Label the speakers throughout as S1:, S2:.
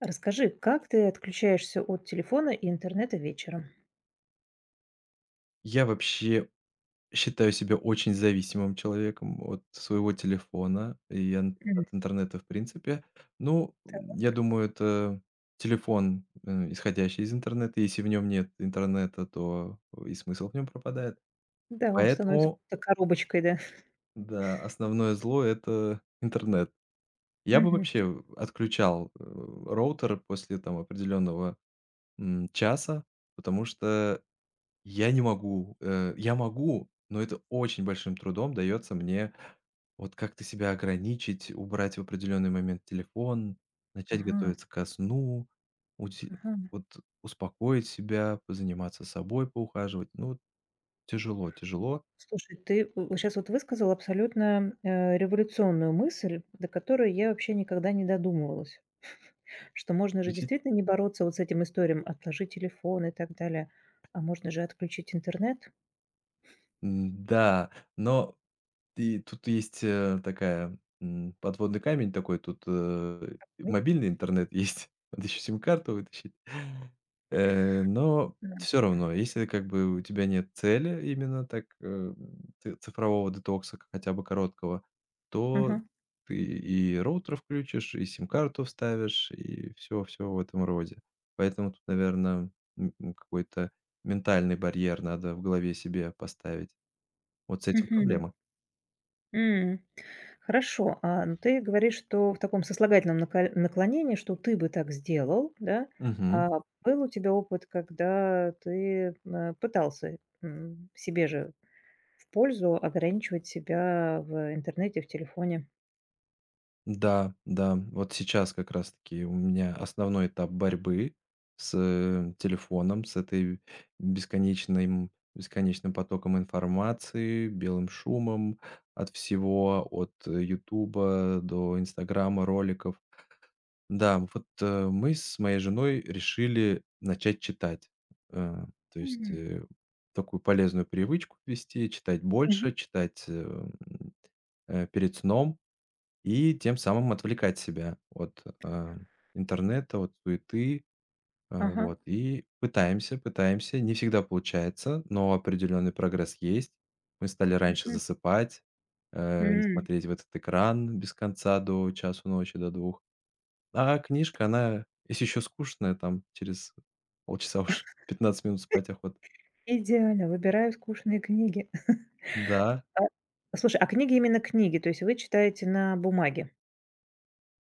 S1: Расскажи, как ты отключаешься от телефона и интернета вечером?
S2: Я вообще считаю себя очень зависимым человеком от своего телефона и ан
S1: М,
S2: от интернета в принципе. Ну,
S1: так,
S2: я думаю, это телефон, исходящий из интернета. Если в нем нет интернета, то и смысл в нем пропадает.
S1: да, он становится
S2: Поэтому,
S1: будто коробочкой, да.
S2: да, основное зло — это интернет. Я бы
S1: Мгм.
S2: вообще отключал, роутер после там определенного, часа, потому что я не могу. Я могу, но это очень большим трудом дается мне вот как-то себя ограничить, убрать в определенный момент телефон, начать
S1: Ага,
S2: готовиться ко сну, ути
S1: ага.
S2: вот успокоить себя, позаниматься собой, поухаживать. Ну, тяжело, тяжело.
S1: Слушай, ты сейчас вот высказал абсолютно, революционную мысль, до которой я вообще никогда не додумывалась. Что можно же
S2: Включить.
S1: действительно не бороться вот с этим историем: "Отложи телефон" и так далее, а можно же отключить интернет.
S2: Да, но и тут есть, такая, подводный камень такой. Тут,
S1: Ведь?
S2: мобильный интернет есть, надо еще сим-карту вытащить. Но
S1: Да.
S2: все равно, если как бы у тебя нет цели именно так, э, м, ц цифрового детокса, хотя бы короткого, то
S1: Ага.
S2: ты и роутер включишь, и сим-карту вставишь, и все-все в этом роде. Поэтому тут, наверное, какой-то ментальный барьер надо в голове себе поставить. Вот с этим
S1: Мгм.
S2: проблема.
S1: М. Хорошо, а, ну, ты говоришь, что в таком сослагательном наколь наклонении, что ты бы так сделал, да. А был у тебя опыт, когда ты, пытался, себе же в пользу ограничивать себя в интернете, в телефоне?
S2: Да, да, вот сейчас как раз-таки у меня основной этап борьбы с телефоном, с этой бесконечным, бесконечным потоком информации, белым шумом от всего, от Ютуба до Инстаграма, роликов. Да, вот мы с моей женой решили начать читать. Э, то есть
S1: М,
S2: такую полезную привычку ввести, читать
S1: мгм,
S2: больше, читать перед сном. И тем самым отвлекать себя от, интернета, от суеты.
S1: ага,
S2: Вот, и пытаемся, пытаемся. Не всегда получается, но определенный прогресс есть. Мы стали раньше
S1: мгм,
S2: засыпать, не
S1: м.
S2: смотреть в этот экран без конца до часу ночи, до двух. А книжка, она, если еще скучная, там через полчаса уж 15 минут спать охота.
S1: Идеально, выбираю скучные книги.
S2: Да,
S1: А, слушай, а книги именно книги, то есть вы читаете на бумаге?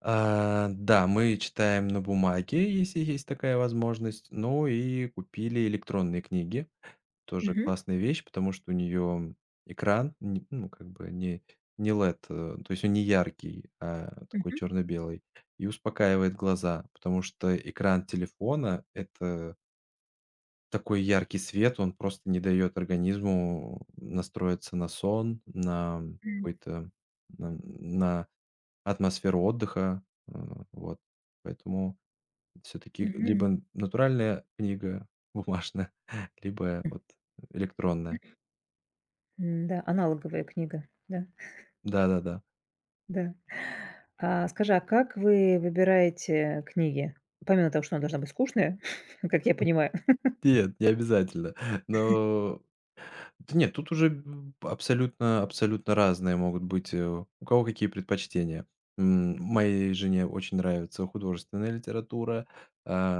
S2: да, мы читаем на бумаге, если есть такая возможность. Ну и купили электронные книги. Тоже
S1: Мгм,
S2: классная вещь, потому что у нее экран, н ну, как бы не LED, то есть он не яркий, а такой
S1: мгм,
S2: черно-белый, и успокаивает глаза, потому что экран телефона — это такой яркий свет, он просто не дает организму настроиться на сон, на
S1: м,
S2: какой-то на атмосферу отдыха, э, вот. Поэтому все таки
S1: мгм.
S2: либо натуральная книга бумажная, либо вот электронная.
S1: М, да, аналоговая книга, да,
S2: Да-да-да.
S1: да. А скажи, а как вы выбираете книги? Помимо того, что она должна быть скучная, как я понимаю.
S2: Нет, не обязательно. Но да нет, тут уже б абсолютно абсолютно разные могут быть, у кого какие предпочтения. Моей жене очень нравится художественная литература,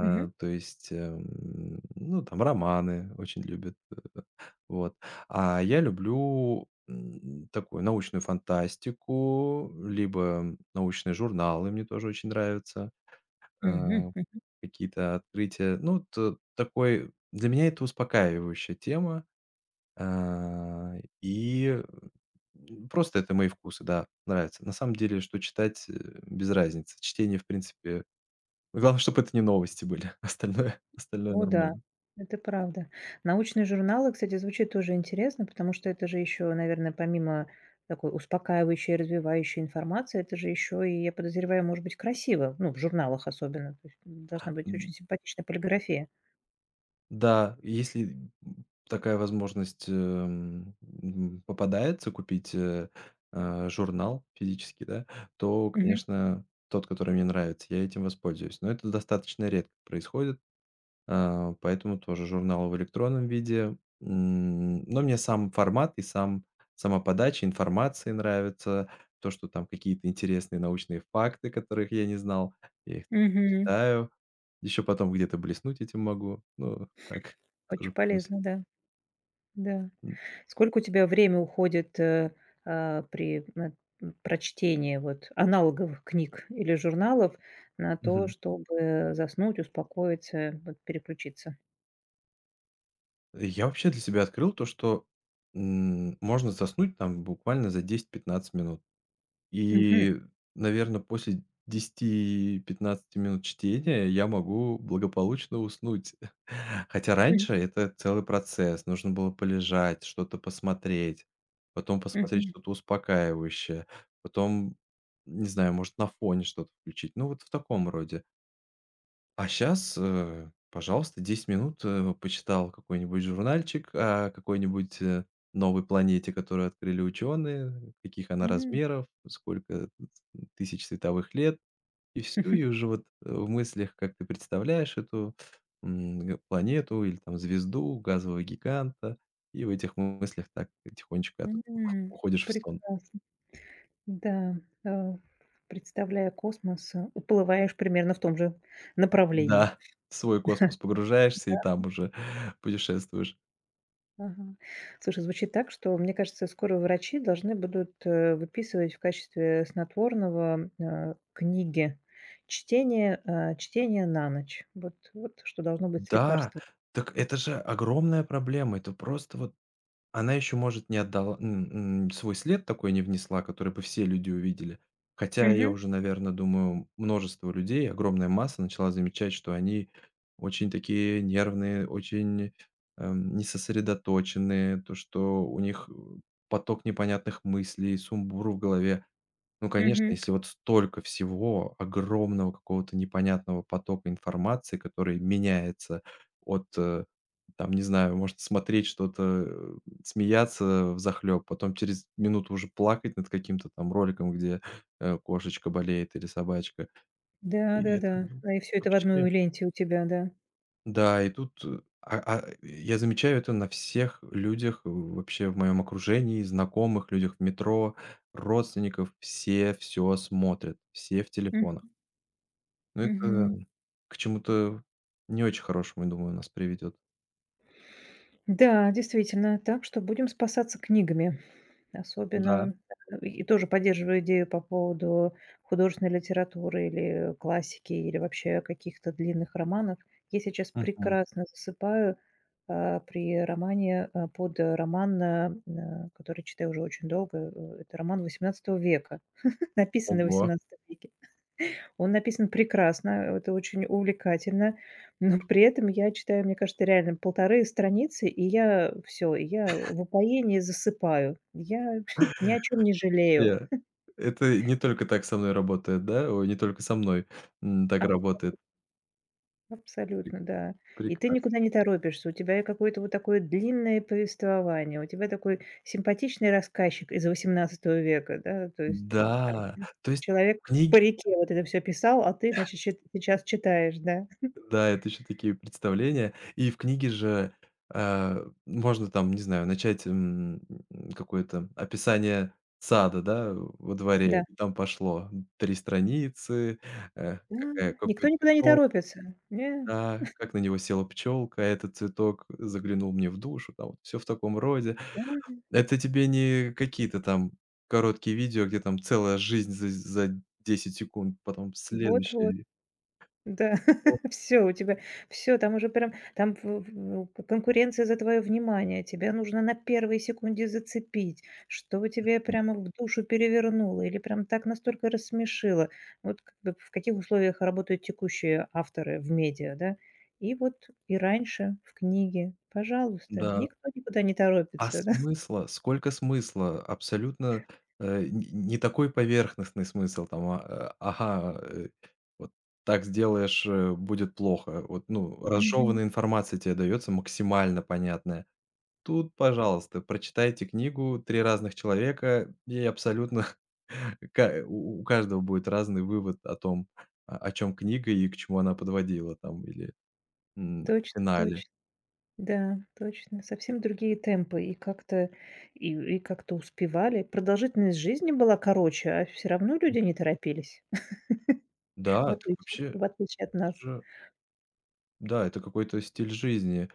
S1: Мгм.
S2: то есть, ну, там романы очень любит, э, вот. А я люблю, такую научную фантастику, либо научные журналы мне тоже очень нравятся,
S1: Мгм.
S2: э
S1: Мгм.
S2: какие-то открытия. Ну, т такой для меня это успокаивающая тема, а, и, просто это мои вкусы, да, нравится. На самом деле, что читать, без разницы. Чтение, в принципе, главное, чтобы это не новости были, остальное остальное
S1: О да,
S2: нормально.
S1: это правда. Научные журналы, кстати, звучит тоже интересно, потому что это же еще, наверное, помимо такой успокаивающей, развивающей информации, это же еще и, я подозреваю, может быть красиво, ну, в журналах особенно. То есть должна быть очень симпатичная полиграфия.
S2: Да, если, такая возможность, попадается купить, журнал физически, да, то,
S1: Мгм.
S2: конечно, тот, который мне нравится, я этим воспользуюсь. Но это достаточно редко происходит. А, поэтому тоже журналы в электронном виде. Но мне сам формат и сама подача информации нравится. То, что там какие-то интересные научные факты, которых я не знал, я их
S1: Мгм.
S2: читаю. Еще потом где-то блеснуть этим могу. Ну, так,
S1: Очень
S2: тоже плюс
S1: полезно,
S2: есть.
S1: да. Да.
S2: М.
S1: Сколько у тебя время уходит, при на прочтении вот аналоговых книг или журналов на то,
S2: Мгм.
S1: чтобы заснуть, успокоиться, вот переключиться?
S2: Я вообще для себя открыл то, что, можно заснуть там буквально за 10-15 минут.
S1: Мгм.
S2: И, наверное, после 10-15 минут чтения я могу благополучно уснуть. Хотя
S1: Мгм.
S2: раньше это целый процесс. Нужно было полежать, что-то посмотреть, потом посмотреть
S1: Мгм.
S2: что-то успокаивающее, потом, не знаю, может, на фоне что-то включить. Ну, вот в таком роде. А сейчас, пожалуйста, 10 минут, почитал какой-нибудь журнальчик о какой-нибудь, новой планете, которую открыли ученые, каких она размеров, сколько тысяч световых лет, и все. И уже вот, в мыслях, как ты представляешь эту, м, г планету или там звезду, газового гиганта, и в этих мыслях так тихонечко от
S1: М, м.
S2: уходишь в сон.
S1: Прекрасно. Да, да. Представляя космос, уплываешь примерно в том же направлении.
S2: Да, в свой космос погружаешься и там уже путешествуешь.
S1: Ага. Слушай, звучит так, что, мне кажется, скоро врачи должны будут выписывать в качестве снотворного чтение на ночь. вот что должно быть с
S2: Да,
S1: лекарством.
S2: так это же огромная проблема. Это просто вот она еще, может, не отдала свой след, такой не внесла, который бы все люди увидели. Хотя я
S1: Мгм.
S2: уже, наверное, думаю, множество людей, огромная масса начала замечать, что они очень такие нервные, очень, несосредоточенные, то, что у них, поток непонятных мыслей, сумбур в голове. Ну, конечно,
S1: Мгм.
S2: если вот столько всего, огромного какого-то непонятного потока информации, который меняется от, там, не знаю, может смотреть что-то, смеяться захлеб, потом через минуту уже плакать над каким-то там роликом, где, кошечка болеет или собачка.
S1: Да,
S2: И
S1: да,
S2: это,
S1: да.
S2: ну,
S1: А и все это в
S2: вообще,
S1: одной ленте у тебя, да.
S2: да, и тут, я замечаю это на всех людях, вообще в моем окружении, знакомых, людях в метро, родственников. Все все смотрят, все в
S1: М,
S2: телефонах. Ну, это
S1: мгм.
S2: к чему-то не очень хорошему, я думаю, нас приведет.
S1: Да, действительно, так что будем спасаться книгами.
S2: Да.
S1: Особенно и тоже поддерживаю идею по поводу художественной литературы или классики, или вообще каких-то длинных романов. Я сейчас
S2: Мгм.
S1: прекрасно засыпаю, под роман, который читаю уже очень долго. Это роман XVIII века, написанный в
S2: Ого.
S1: XVIII веке. Он написан прекрасно, это очень увлекательно, но при этом я читаю, мне кажется, реально 1,5 страницы, и я всё, я в упоении засыпаю. Я ни о чем не жалею.
S2: Вообще. Это не только так со мной работает, да? Ой, не только со мной, так
S1: Аб
S2: работает. Пре
S1: абсолютно, да. И ты
S2: прекрасно.
S1: никуда не торопишься. У тебя и какое-то вот такое длинное повествование, у тебя такой симпатичный рассказчик из XVIII века, да, то есть, там
S2: Да,
S1: ч
S2: то есть
S1: человек по
S2: книги.
S1: реке вот это все писал, а ты, значит, щит сейчас читаешь, да.
S2: Да, это еще такие представления. И в книге же, можно там, не знаю, начать, какое-то описание сада, да, во дворе.
S1: Да,
S2: И там пошло 3 страницы,
S1: да,
S2: какая
S1: никто
S2: какой
S1: никуда не
S2: цветок,
S1: торопится. Нет,
S2: да, как на него села пчелка, этот цветок заглянул мне в душу, там все в таком роде.
S1: да,
S2: Это тебе не какие-то там короткие видео, где там целая жизнь за 10 секунд, потом
S1: вот-вот,
S2: следующее.
S1: да. Все у тебя, все там уже прям, там в ну, к конкуренция за твое внимание. Тебя нужно на первой секунде зацепить, чтобы тебе прямо в душу перевернуло или прям так настолько рассмешило. Вот как бы в каких условиях работают текущие авторы в медиа, да? И вот и раньше в книге, пожалуйста,
S2: Да.
S1: никто никуда не
S2: А
S1: торопится, да.
S2: смысла? Сколько смысла? Абсолютно, э, н не такой поверхностный смысл там, ага, вот так сделаешь, будет плохо. Вот, ну,
S1: Мгм.
S2: разжеванная информация тебе дается максимально понятная. Тут, пожалуйста, прочитайте книгу, 3 разных человека, и абсолютно ка у каждого будет разный вывод о том, о чём книга и к чему она подводила там или, в
S1: Точно,
S2: финале.
S1: точно. Да, точно. Совсем другие темпы. И как-то успевали. Продолжительность жизни была короче, а все равно люди не торопились, в
S2: Да, так
S1: отличие
S2: вообще
S1: в отличие от
S2: это
S1: нас.
S2: же. Да, это какой-то стиль жизни,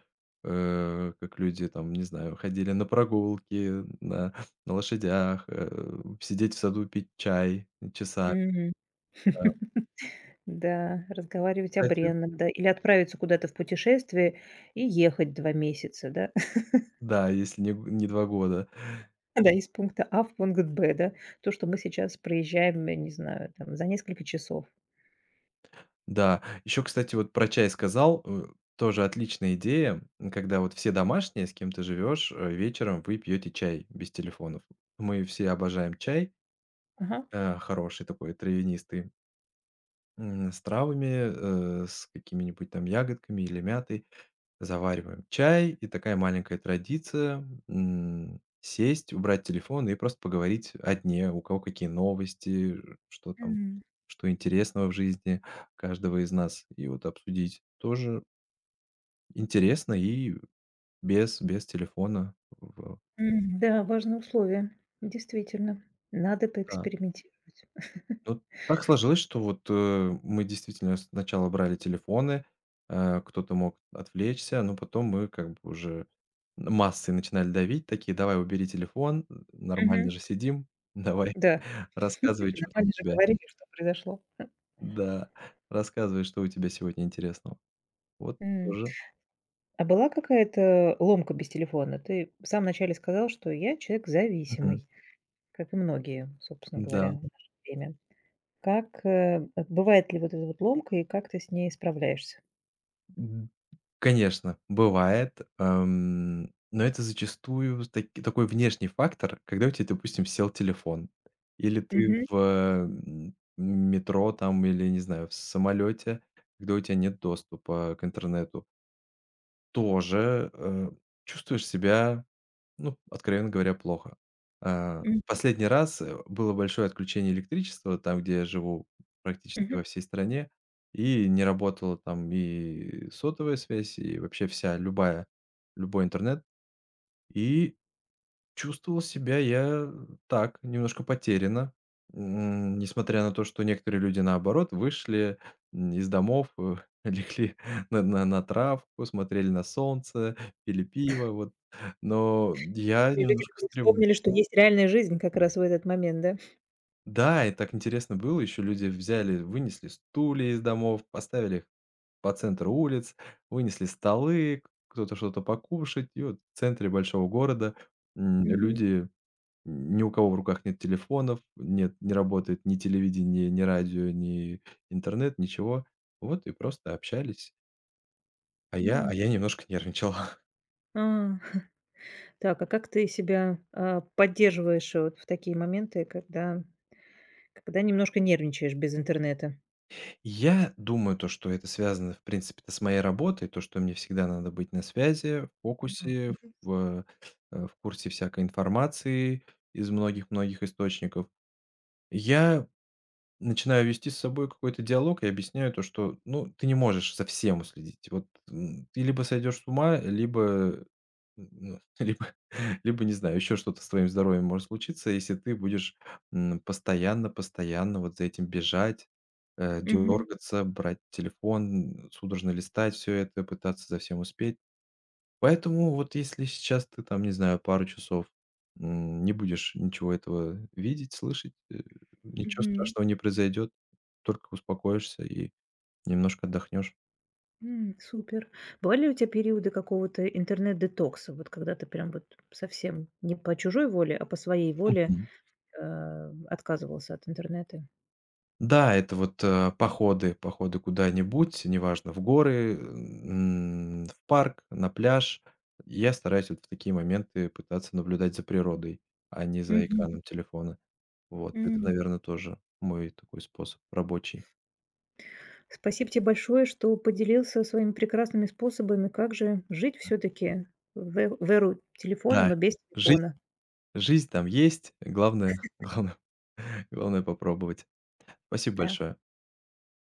S2: как люди там, не знаю, ходили на прогулки, на лошадях, сидеть в саду, пить чай часами,
S1: Мгм.
S2: да.
S1: Да, разговаривать о
S2: Кстати,
S1: бренном, да, или отправиться куда-то в путешествие и ехать 2 месяца, да.
S2: да, если не 2 года.
S1: Да, из пункта А в пункт Б, да. То, что мы сейчас проезжаем, я не знаю, там за несколько часов.
S2: Да, еще, кстати, вот про чай сказал, тоже отличная идея, когда вот все домашние, с кем ты живешь, вечером вы пьете чай без телефонов. Мы все обожаем чай,
S1: Ага.
S2: хороший такой травянистый, с травами, с какими-нибудь там ягодками или мятой. Завариваем чай, и такая маленькая традиция, сесть, убрать телефон и просто поговорить о дне, у кого какие новости, ж что там,
S1: Мгм.
S2: что интересного в жизни каждого из нас. И вот обсудить тоже интересно и без телефона в
S1: Мгм. Да, важное условие. Действительно, надо
S2: да.
S1: поэкспериментировать.
S2: Ну, так сложилось, что вот, мы действительно сначала брали телефоны, кто-то мог отвлечься, но потом мы как бы уже массой начинали давить, такие: «Давай, убери телефон,
S1: Мгм.
S2: нормально же сидим, давай,
S1: Да,
S2: рассказывай, что там у
S1: нормально же
S2: тебя».
S1: говорили, что произошло.
S2: Да, рассказывай, что у тебя сегодня интересного. Вот
S1: М.
S2: тоже.
S1: А была какая-то ломка без телефона? Ты в самом начале сказал, что я человек
S2: Мгм.
S1: зависимый, как и многие, собственно
S2: Да.
S1: говоря, в наше время. Как, бывает ли вот эта вот ломка и как ты с ней справляешься?
S2: Конечно, бывает, но это зачастую с таки такой внешний фактор, когда у тебя, допустим, сел телефон, или ты
S1: Мгм.
S2: в метро там, или, не знаю, в самолете, когда у тебя нет доступа к интернету. Тоже, чувствуешь себя, ну, откровенно говоря, плохо. А,
S1: М.
S2: последний раз, было большое отключение электричества там, где я живу, практически
S1: Мгм.
S2: во всей стране, и не работала там и сотовая связь, и вообще вся любая любой интернет. И чувствовал себя я так, немножко потерянно, несмотря на то, что некоторые люди, наоборот, вышли, из домов, легли на травку, смотрели на солнце, пили пиво, вот. Но я
S1: Или люди,
S2: немножко
S1: которые
S2: встревожен.
S1: вспомнили, что есть реальная жизнь как раз в этот момент, да?
S2: Да, и так интересно было, еще люди взяли, вынесли стулья из домов, поставили их по центру улиц, вынесли столы, кто-то что-то покушать. И вот в центре большого города, м,
S1: Мгм.
S2: люди ни у кого в руках нет телефонов, нет, не работает ни телевидение, ни радио, ни интернет, ничего. Вот и просто общались. А я а
S1: М.
S2: я немножко нервничал.
S1: А. Так, а как ты себя, поддерживаешь вот в такие моменты, когда немножко нервничаешь без интернета?
S2: Я думаю, то, что это связано, в принципе-то, с моей работой, то, что мне всегда надо быть на связи, в
S1: Ага.
S2: фокусе, в, в курсе всякой информации из многих-многих источников. Я Начинаю вести с собой какой-то диалог и объясняю то, что, ну, ты не можешь за всем уследить. Вот, ты либо сойдешь с ума, либо, ну, либо либо, не знаю, еще что-то с твоим здоровьем может случиться, если ты будешь, постоянно постоянно вот за этим бежать,
S1: Мгм.
S2: дергаться, брать телефон, судорожно листать все это, пытаться за всем успеть. Поэтому вот если сейчас ты там, не знаю, пару часов, не будешь ничего этого видеть, слышать, ничего
S1: Мгм.
S2: страшного не произойдет, только успокоишься и немножко отдохнешь.
S1: М, супер. Бывали ли у тебя периоды какого-то интернет-детокса? Вот когда ты прям вот совсем не по чужой воле, а по своей воле,
S2: Мгм.
S1: отказывался от интернета?
S2: Да, это вот, походы походы куда-нибудь, неважно, в горы, в парк, на пляж. Я стараюсь вот в такие моменты пытаться наблюдать за природой, а не за
S1: Мгм.
S2: экраном телефона. Вот это,
S1: М.
S2: наверное, тоже мой такой способ рабочий.
S1: Спасибо тебе большое, что поделился своими прекрасными способами, как же жить все-таки в эру телефона,
S2: Да,
S1: но без
S2: жизнь
S1: телефона.
S2: Жизнь там есть, главное главное главное попробовать. Спасибо
S1: Да.
S2: большое.